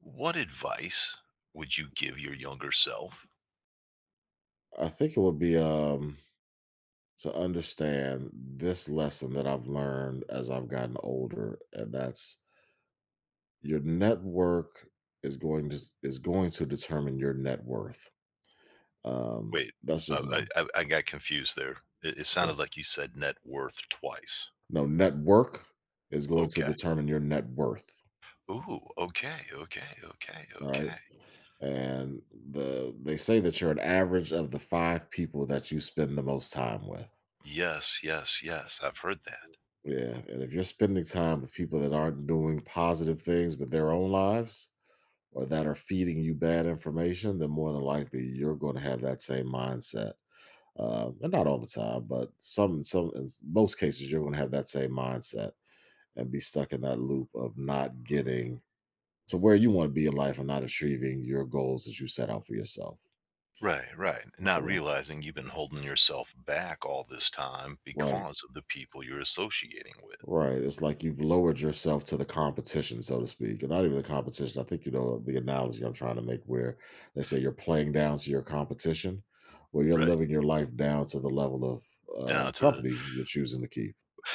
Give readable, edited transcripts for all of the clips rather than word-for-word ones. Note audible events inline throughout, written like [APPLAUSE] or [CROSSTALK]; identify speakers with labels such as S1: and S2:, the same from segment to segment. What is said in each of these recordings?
S1: What advice would you give your younger self?
S2: I think it would be to understand this lesson that I've learned as I've gotten older, and that's your network is going to determine your net worth.
S1: Wait,
S2: That's just
S1: I
S2: one
S1: I, I I got confused there. It
S2: thing.
S1: sounded like you said net worth twice.
S2: No, network is going to
S1: Okay.
S2: determine your net worth.
S1: Ooh. Okay. Okay. Okay.
S2: All right.
S1: Okay.
S2: And they say that you're an average of the 5 people that you spend the most time with.
S1: Yes. Yes. Yes. I've heard that.
S2: Yeah. And if you're spending time with people that aren't doing positive things with their own lives, or that are feeding you bad information, then more than likely you're going to have that same mindset. And not all the time, but some, most cases, you're going to have that same mindset and be stuck in that loop of not getting to where you want to be in life and not achieving your goals that you set out for yourself.
S1: Right. Right. Not
S2: you know?
S1: realizing you've been holding yourself back all this time
S2: Right.
S1: because of the people you're associating with.
S2: Right. It's like you've lowered yourself to the competition, so to speak. And not even the competition. I think you know the analogy I'm trying to make where they say you're playing down to your competition, where you're
S1: Right.
S2: living your life down to the level of
S1: Down to
S2: company you're choosing to keep.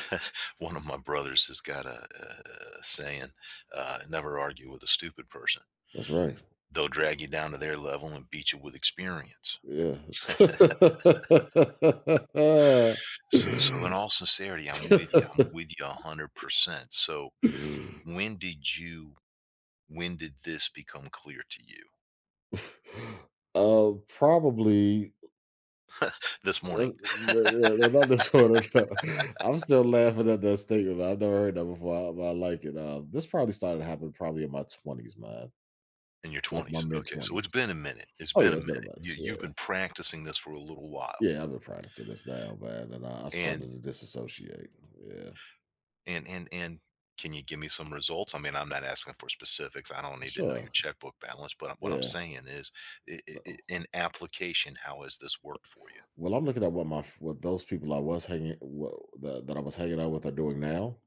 S1: [LAUGHS] One of my brothers has got a saying, never argue with a stupid person.
S2: That's right.
S1: They'll drag you down to their level and beat you with experience.
S2: Yeah.
S1: So in all sincerity, I'm with you. I'm with you 100%. So when did you when did this become clear to you?
S2: [LAUGHS] Probably
S1: This morning
S2: That's no, no, not this one. No. [LAUGHS] I'm still laughing at that statement. I've never heard that before, but I like it. This probably started happening probably in my twenties, man,
S1: in your
S2: like my
S1: 20s.
S2: mid
S1: Okay, so
S2: twenties.
S1: it's been a minute. It's
S2: Oh yeah,
S1: been a
S2: it's been
S1: minute.
S2: about it.
S1: You've
S2: Yeah,
S1: been practicing this for a little while.
S2: yeah, I've been practicing this now, man, and I
S1: And
S2: started to disassociate. Yeah,
S1: and can you give me some results? I mean, I'm not asking for specifics. I don't need to know
S2: sure.
S1: your checkbook balance, but what I'm
S2: Yeah.
S1: saying is, I
S2: No.
S1: in application, how has this worked for you?
S2: Well, I'm looking at what my what those people I was hanging what, that I was hanging out with are doing now,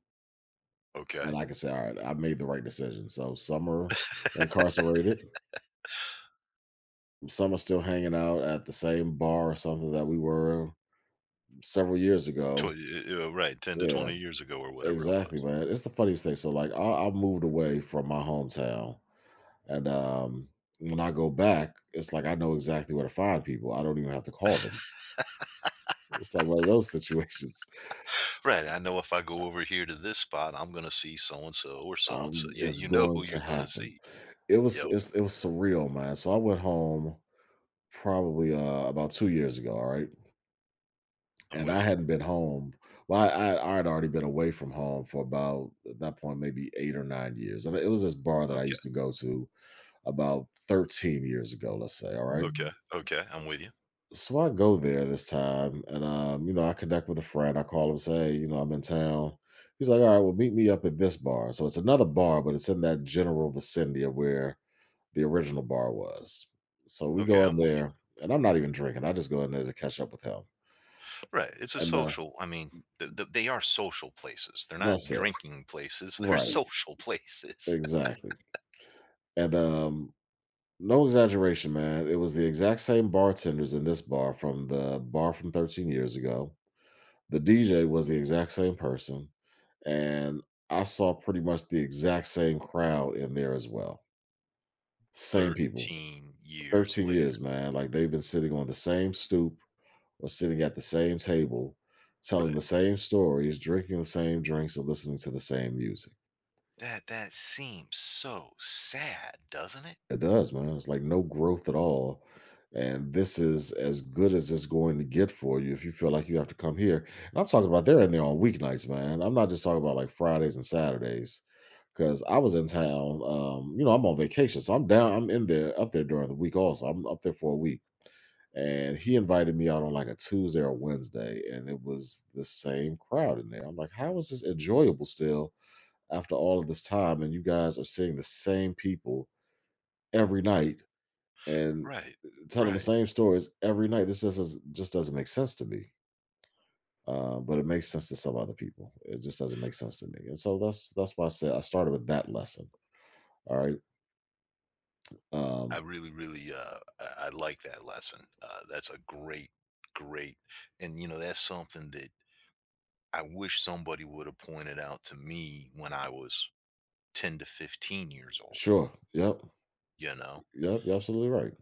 S2: and
S1: Okay.
S2: I can say, all right, I made the right decision. So some are incarcerated. Some are still hanging out at the same bar or something that we were several years ago.
S1: Twen right, 10 to
S2: Yeah,
S1: 20 years ago or whatever it
S2: exactly,
S1: was.
S2: man. It's the funniest thing. So, like, I moved away from my hometown, and when I go back, it's like I know exactly where to find people. I don't even have to call them. It's like one of those situations. [LAUGHS]
S1: Right, I know if I go over here to this spot, I'm gonna see so and so or so and so. You
S2: It's
S1: you know who
S2: going to
S1: you're gonna
S2: happen.
S1: see. Yep,
S2: It was surreal, man. So I went home probably about 2 years ago. All right.
S1: I'm
S2: And
S1: with
S2: I
S1: you.
S2: hadn't been home. Well, I'd already been away from home for about, at that point, maybe 8 or 9 years, and it was this bar that I
S1: Okay,
S2: used to go to about 13 years ago, let's say, all right?
S1: okay, okay, I'm with you.
S2: So I go there this time, and, I connect with a friend, I call him, say, "Hey, you know, I'm in town." He's like, "All right, well, meet me up at this bar." So it's another bar, but it's in that general vicinity of where the original bar was. So we
S1: Okay,
S2: go in
S1: I'm with you.
S2: there, and I'm not even drinking, I just go in there to catch up with him,
S1: Right, it's a
S2: and, uh
S1: social, I mean, they are social places. They're not
S2: that's it.
S1: drinking places, they're [LAUGHS]
S2: Right.
S1: social places.
S2: Exactly. And no exaggeration, man. It was the exact same bartenders in this bar from the bar from 13 years ago. The DJ was the exact same person. And I saw pretty much the exact same crowd in there as well. Same people.
S1: 13 years
S2: 13
S1: later.
S2: years, man. Like they've been sitting on the same stoop or sitting at the same table, telling
S1: Right.
S2: the same stories, drinking the same drinks, and listening to the same music.
S1: That seems so sad, doesn't it?
S2: It does, man. It's like no growth at all. And this is as good as it's going to get for you if you feel like you have to come here. And I'm talking about they're in there on weeknights, man. I'm not just talking about like Fridays and Saturdays. Cause I was in town. You know, I'm on vacation. So I'm in there up there during the week also. I'm up there for a week. And he invited me out on like a Tuesday or Wednesday, and it was the same crowd in there. I'm like, how is this enjoyable still after all of this time? And you guys are seeing the same people every night and
S1: Right,
S2: telling the
S1: right.
S2: same stories every night. This just doesn't make sense to me. But it makes sense to some other people. It just doesn't make sense to me. And so that's why I said I started with that lesson. All right.
S1: I
S2: Um,
S1: really, really, I like that lesson. That's a great, great, and that's something that I wish somebody would have pointed out to me when I was 10 to 15 years old,
S2: sure. Yep.
S1: you know?
S2: Yep. You're absolutely right.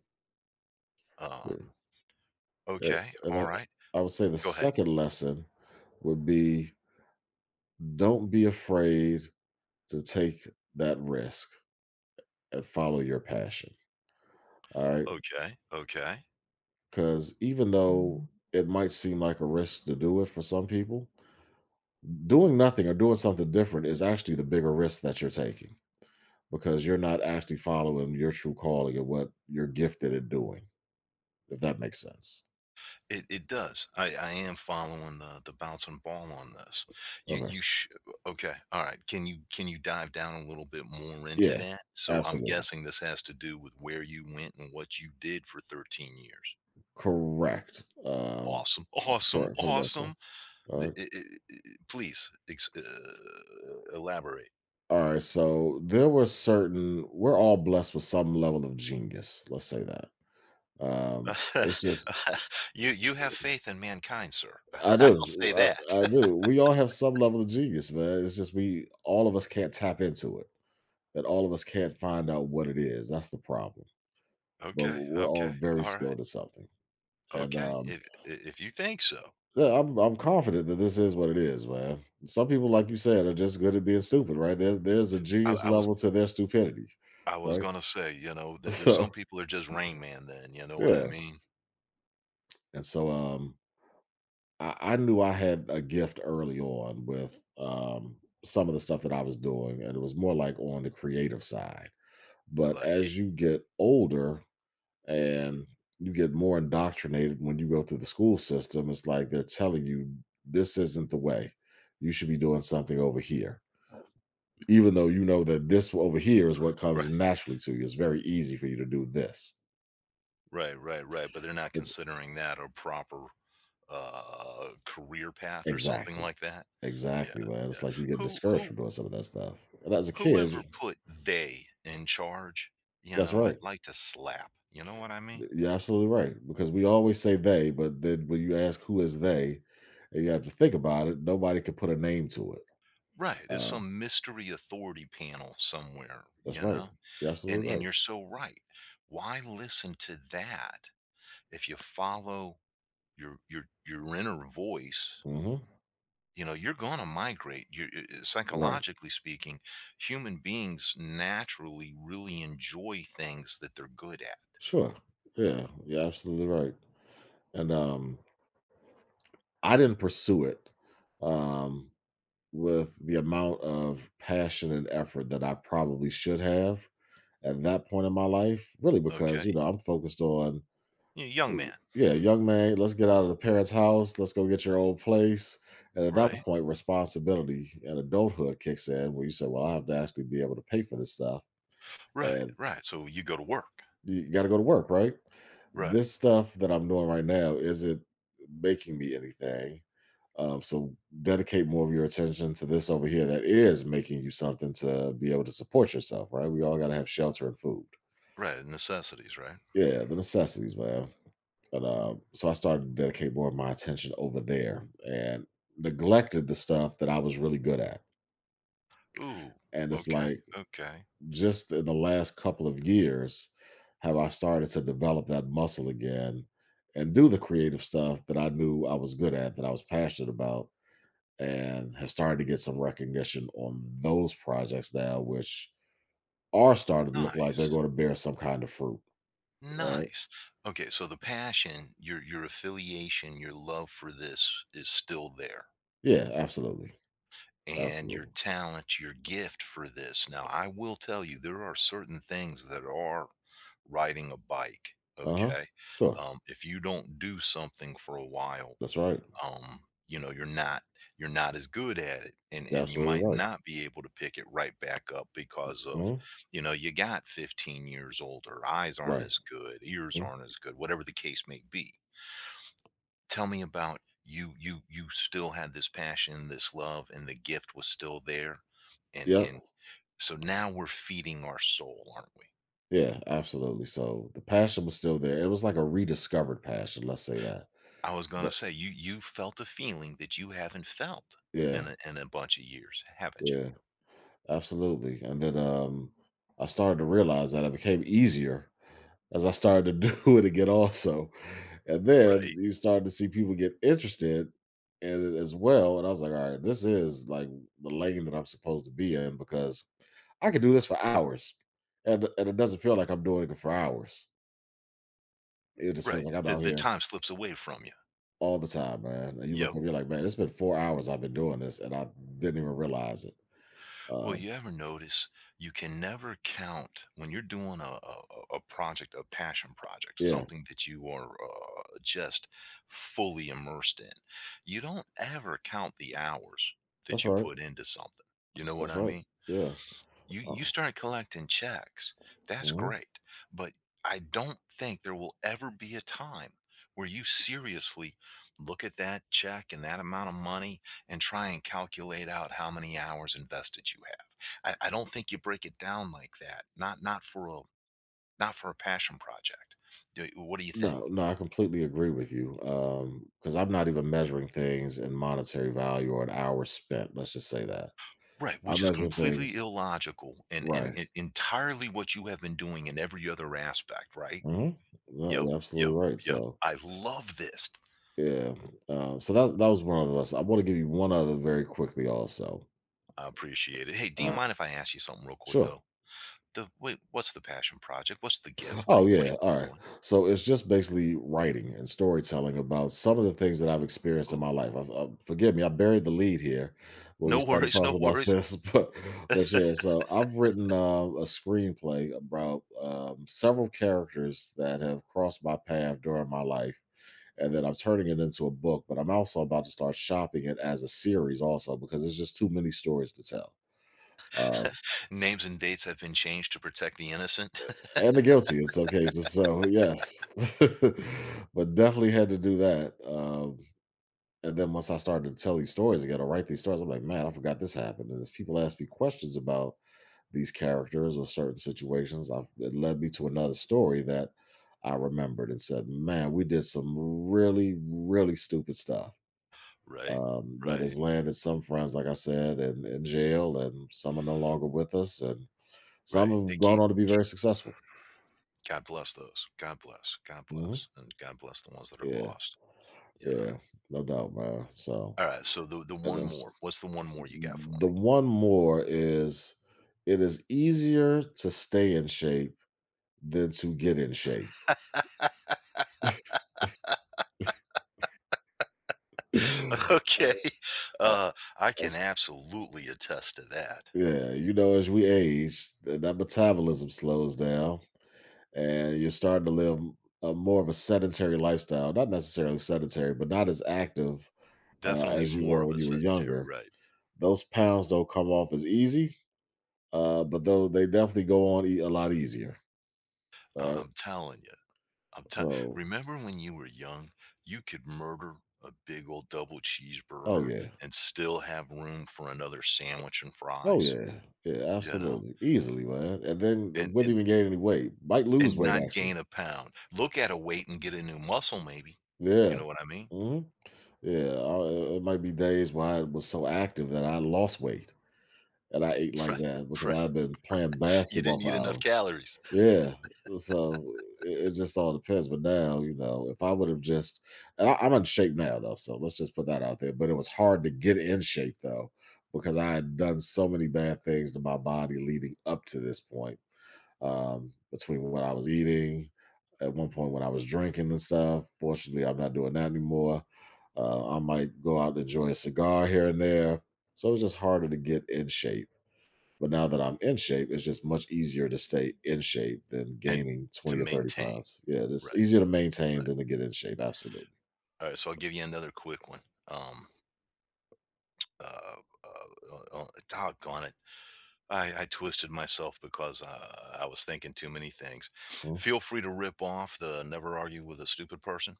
S1: Um,
S2: Yeah. yeah.
S1: okay,
S2: And
S1: all right,
S2: I would say the
S1: go ahead.
S2: second lesson would be don't be afraid to take that risk and follow your passion. All right.
S1: Okay, okay.
S2: Because even though Mm. it might seem like a risk to do it for some people, doing nothing or doing something different is actually the bigger risk that you're taking because you're not actually following your true calling and what you're gifted at doing, if that makes sense.
S1: It does. I am following the bouncing ball on this. You
S2: Okay.
S1: you sh Okay, all right. Can you dive down a little bit more into
S2: Yeah,
S1: that? So I'm
S2: absolutely.
S1: guessing this has to do with where you went and what you did for 13 years.
S2: Correct.
S1: Awesome, [LAUGHS] awesome,
S2: For the most part.
S1: awesome. The-
S2: Uh,
S1: i- i- i- Please elaborate.
S2: all right. So there were certain, we're all blessed with some level of genius. Let's say that. Um, it's
S1: [LAUGHS]
S2: just,
S1: You have faith in mankind, sir.
S2: I
S1: [LAUGHS] I'll say
S2: do.
S1: that.
S2: I
S1: [LAUGHS]
S2: do. We all have some level of genius, man. It's just all of us can't tap into it that all of us can't find out what it is. That's the problem. But
S1: Okay,
S2: we're
S1: okay,
S2: all very
S1: all right,
S2: skilled at something. And
S1: okay. If you think so.
S2: yeah, I'm confident that this is what it is, man. Some people, like you said, are just good at being stupid, right? There's a
S1: I,
S2: genius
S1: I was
S2: level to their stupidity,
S1: I was
S2: right?
S1: gonna say,
S2: [LAUGHS]
S1: some
S2: So
S1: people are just Rain Man then, you know what I
S2: yeah,
S1: mean?
S2: and so I knew I had a gift early on with some of the stuff that I was doing, and it was more like on the creative side.
S1: I
S2: But
S1: like it.
S2: as you get older, and you get more indoctrinated when you go through the school system. It's like they're telling you this isn't the way. You should be doing something over here, even though you know that this over here is what
S1: Right,
S2: comes naturally to you. It's very easy for you to do this.
S1: right, right, right. But they're not
S2: It's
S1: considering that a proper career path or something
S2: exactly,
S1: like that. Yeah,
S2: exactly, man.
S1: yeah.
S2: It's like you get
S1: Who
S2: discouraged
S1: who
S2: from doing some of that stuff. And as a kid,
S1: Whoever
S2: you,
S1: put they in charge,
S2: that's
S1: I'd
S2: right.
S1: like to slap. You know what I mean?
S2: You're absolutely right because we always say they, but then when you ask who is they, and you have to think about it, nobody could put a name to it.
S1: Right. It's
S2: Uh,
S1: some mystery authority panel somewhere,
S2: that's
S1: you
S2: right.
S1: know?
S2: You're
S1: And
S2: absolutely
S1: and
S2: right.
S1: you're so right. Why listen to that? If you follow your inner voice,
S2: Mhm.
S1: you're going to migrate you,
S2: Right.
S1: psychologically speaking, human beings naturally really enjoy things that they're good at.
S2: Sure. Yeah. You're absolutely right. And I didn't pursue it um, with the amount of passion and effort that I probably should have at that point in my life, really, because,
S1: Okay.
S2: you know, I'm focused on,
S1: Young man.
S2: yeah, young man, let's get out of the parents' house. Let's go get your old place. And at that
S1: Right,
S2: point, responsibility and adulthood kicks in where you say, well, I have to actually be able to pay for this stuff.
S1: right,
S2: And
S1: right, so you go to work.
S2: You gotta go to work, right?
S1: Right,
S2: This stuff that I'm doing right now isn't making me anything. So dedicate more of your attention to this over here that is making you something to be able to support yourself, right? We all gotta have shelter and food.
S1: right, necessities, right.
S2: Yeah, the necessities, man. But so I started to dedicate more of my attention over there and neglected the stuff that I was really good at.
S1: Ooh,
S2: And it's
S1: okay,
S2: like
S1: okay.
S2: just in the last couple of years have I started to develop that muscle again and do the creative stuff that I knew I was good at, that I was passionate about, and have started to get some recognition on those projects now, which are starting to look like they're
S1: Nice,
S2: going to bear some kind of fruit. All right.
S1: nice. Okay, so the passion, your affiliation, your love for this is still there,
S2: Yeah, absolutely.
S1: and your
S2: Absolutely.
S1: talent, your gift for this. Now, I will tell you, there are certain things that are riding a bike.
S2: Uh huh.
S1: Okay.
S2: Sure.
S1: If you don't do something for a while,
S2: That's right.
S1: um, you know, you're not you're not as good at it, and
S2: You're
S1: and you
S2: absolutely
S1: might
S2: right.
S1: not be able to pick it right back up because of,
S2: Mhm.
S1: you got 15 years older, eyes aren't
S2: Right.
S1: as good, ears
S2: Mhm.
S1: aren't as good, whatever the case may be. Tell me about You still had this passion, this love, and the gift was still there, and
S2: Yep.
S1: so now we're feeding our soul, aren't we?
S2: Yeah, absolutely. So the passion was still there. It was like a rediscovered passion, let's say that.
S1: I was gonna say you felt a feeling that you haven't felt
S2: Yeah,
S1: in a bunch of years, haven't you?
S2: yeah, absolutely, and then, I started to realize that it became easier as I started to [LAUGHS] do it again also, and
S1: Right,
S2: then you started to see people get interested in it as well, and I was like, "Alright, this is, like, the lane that I'm supposed to be in because I could do this for hours, and it doesn't feel like I'm doing it for hours. It just feels
S1: right.
S2: like I'm
S1: The
S2: out
S1: the
S2: here
S1: time slips away from you.
S2: all the time, man," and you look
S1: Yep.
S2: and you're like, "Man, it's been 4 hours I've been doing this, and I didn't even realize it."
S1: Well,
S2: Um,
S1: you ever notice you can never count when you're doing a project, a passion project,
S2: yeah,
S1: something that you are just fully immersed in. You don't ever count the hours that
S2: that's
S1: you
S2: all right.
S1: put into something. You know what
S2: That's
S1: I
S2: right.
S1: mean?
S2: Yeah.
S1: You
S2: Oh.
S1: started collecting checks. That's
S2: Mhm.
S1: great. But I don't think there will ever be a time where you seriously look at that check and that amount of money and try and calculate out how many hours invested you have. I don't think you break it down like that. Not for a passion project. What do you think?
S2: No, no, I completely agree with you. Because I'm not even measuring things in monetary value or an hour spent. Let's just say that
S1: Right,
S2: I
S1: which is
S2: measure
S1: completely
S2: things
S1: illogical and, and
S2: right.
S1: it, entirely what you have been doing in every other aspect, right?
S2: hmm No,
S1: Yep,
S2: you're absolutely
S1: yep,
S2: right.
S1: yep.
S2: So
S1: I love this.
S2: yeah. So that was one of the lessons. I want to give you one other very quickly also.
S1: I appreciate it. Hey, do you
S2: Uh,
S1: mind if I ask you something real quick
S2: sure.
S1: though? The wait, what's the passion project? What's the gift? What are
S2: Oh
S1: you, what are
S2: yeah, all
S1: you
S2: right.
S1: doing?
S2: So it's just basically writing and storytelling about some of the things that I've experienced in my life.
S1: Ooh,
S2: Forgive me, I buried the lead here when we
S1: no
S2: started
S1: worries, no
S2: talking about
S1: worries.
S2: this, [LAUGHS] but yeah. So I've written a screenplay about several characters that have crossed my path during my life, and then I'm turning it into a book. But I'm also about to start shopping it as a series also because there's just too many stories to tell. Um,
S1: Names and dates have been changed to protect the innocent.
S2: And the guilty in some cases, so yes. [LAUGHS] But definitely had to do that, and then once I started to tell these stories again or write these stories, I'm like, "Man, I forgot this happened," and as people ask me questions about these characters or certain situations, I've it led me to another story that I remembered and said, "Man, we did some really, really stupid stuff,"
S1: [LAUGHS] Right,
S2: that
S1: right,
S2: has landed some friends, like I said, in jail, and some are no longer with us, and some
S1: right. They
S2: have gone
S1: keep,
S2: on to be
S1: keep.
S2: very successful.
S1: God bless those. God bless. God
S2: Mhm.
S1: bless. And God bless the ones that are
S2: Yeah.
S1: lost. You know.
S2: Yeah, no doubt, man. So,
S1: All right. So the
S2: and
S1: one
S2: that's
S1: more. What's the one more you got for me?
S2: the one more is it is easier to stay in shape than to get in shape. [SIGHS]
S1: [LAUGHS]
S2: [LAUGHS] Uh,
S1: Okay.
S2: uh,
S1: Uh, I can absolutely attest to that.
S2: yeah, you know, as we age, that metabolism slows down, and you're starting to live a more of a sedentary lifestyle. Not necessarily sedentary, but not as active
S1: Definitely
S2: as you
S1: more
S2: were
S1: of
S2: when
S1: a
S2: you were
S1: sedentary,
S2: younger.
S1: right?
S2: Those pounds don't come off as easy, but though they definitely go on a lot easier. Uh,
S1: I'm telling you. I'm telling.
S2: So,
S1: Remember when you were young, you could murder a big old double
S2: oh
S1: cheeseburger
S2: yeah,
S1: and still have room for another sandwich and
S2: oh
S1: fries,
S2: yeah, yeah,
S1: you know,
S2: absolutely, easily, man. And then
S1: and
S2: wouldn't
S1: and
S2: even gain any weight. Might lose
S1: and
S2: weight
S1: not
S2: actually.
S1: gain a pound. Look at a weight and get a new muscle, maybe. You
S2: Yeah,
S1: know what I mean? [LAUGHS]
S2: hmm yeah. It it might be days where I was so active that I lost weight and I ate
S1: Right,
S2: like that because
S1: right,
S2: I've been
S1: right.
S2: playing
S1: You
S2: basketball
S1: didn't
S2: for
S1: eat enough
S2: hours.
S1: calories
S2: Yeah, so it just all depends. But now, you know, if I would have just, and I, I'm in shape now though, so let's just put that out there. But it was hard to get in shape though because I had done so many bad things to my body leading up to this point. Between what I was eating, at one point when I was drinking and stuff. Fortunately, I'm not doing that anymore. I might go out and enjoy a cigar here and there. So it was just harder to get in shape but now that I'm in shape, it's just much easier to stay in shape than
S1: [LAUGHS] and
S2: gaining
S1: to
S2: 20 or 30
S1: maintain.
S2: pounds. Yeah, it's
S1: Right,
S2: easier to maintain
S1: right.
S2: than to get in shape. Absolutely.
S1: All right. So I'll give you another quick one. Um, uh, doggone it. I twisted myself because I was thinking too many things.
S2: Well,
S1: Feel free to rip off the "Never Argue with a Stupid Person,"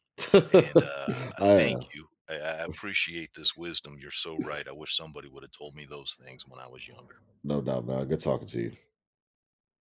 S1: and
S2: [LAUGHS] I
S1: Thank
S2: am,
S1: you. I appreciate this wisdom. You're so right. I wish somebody would have told me those things when I was younger.
S2: no doubt, man. Good talking to you.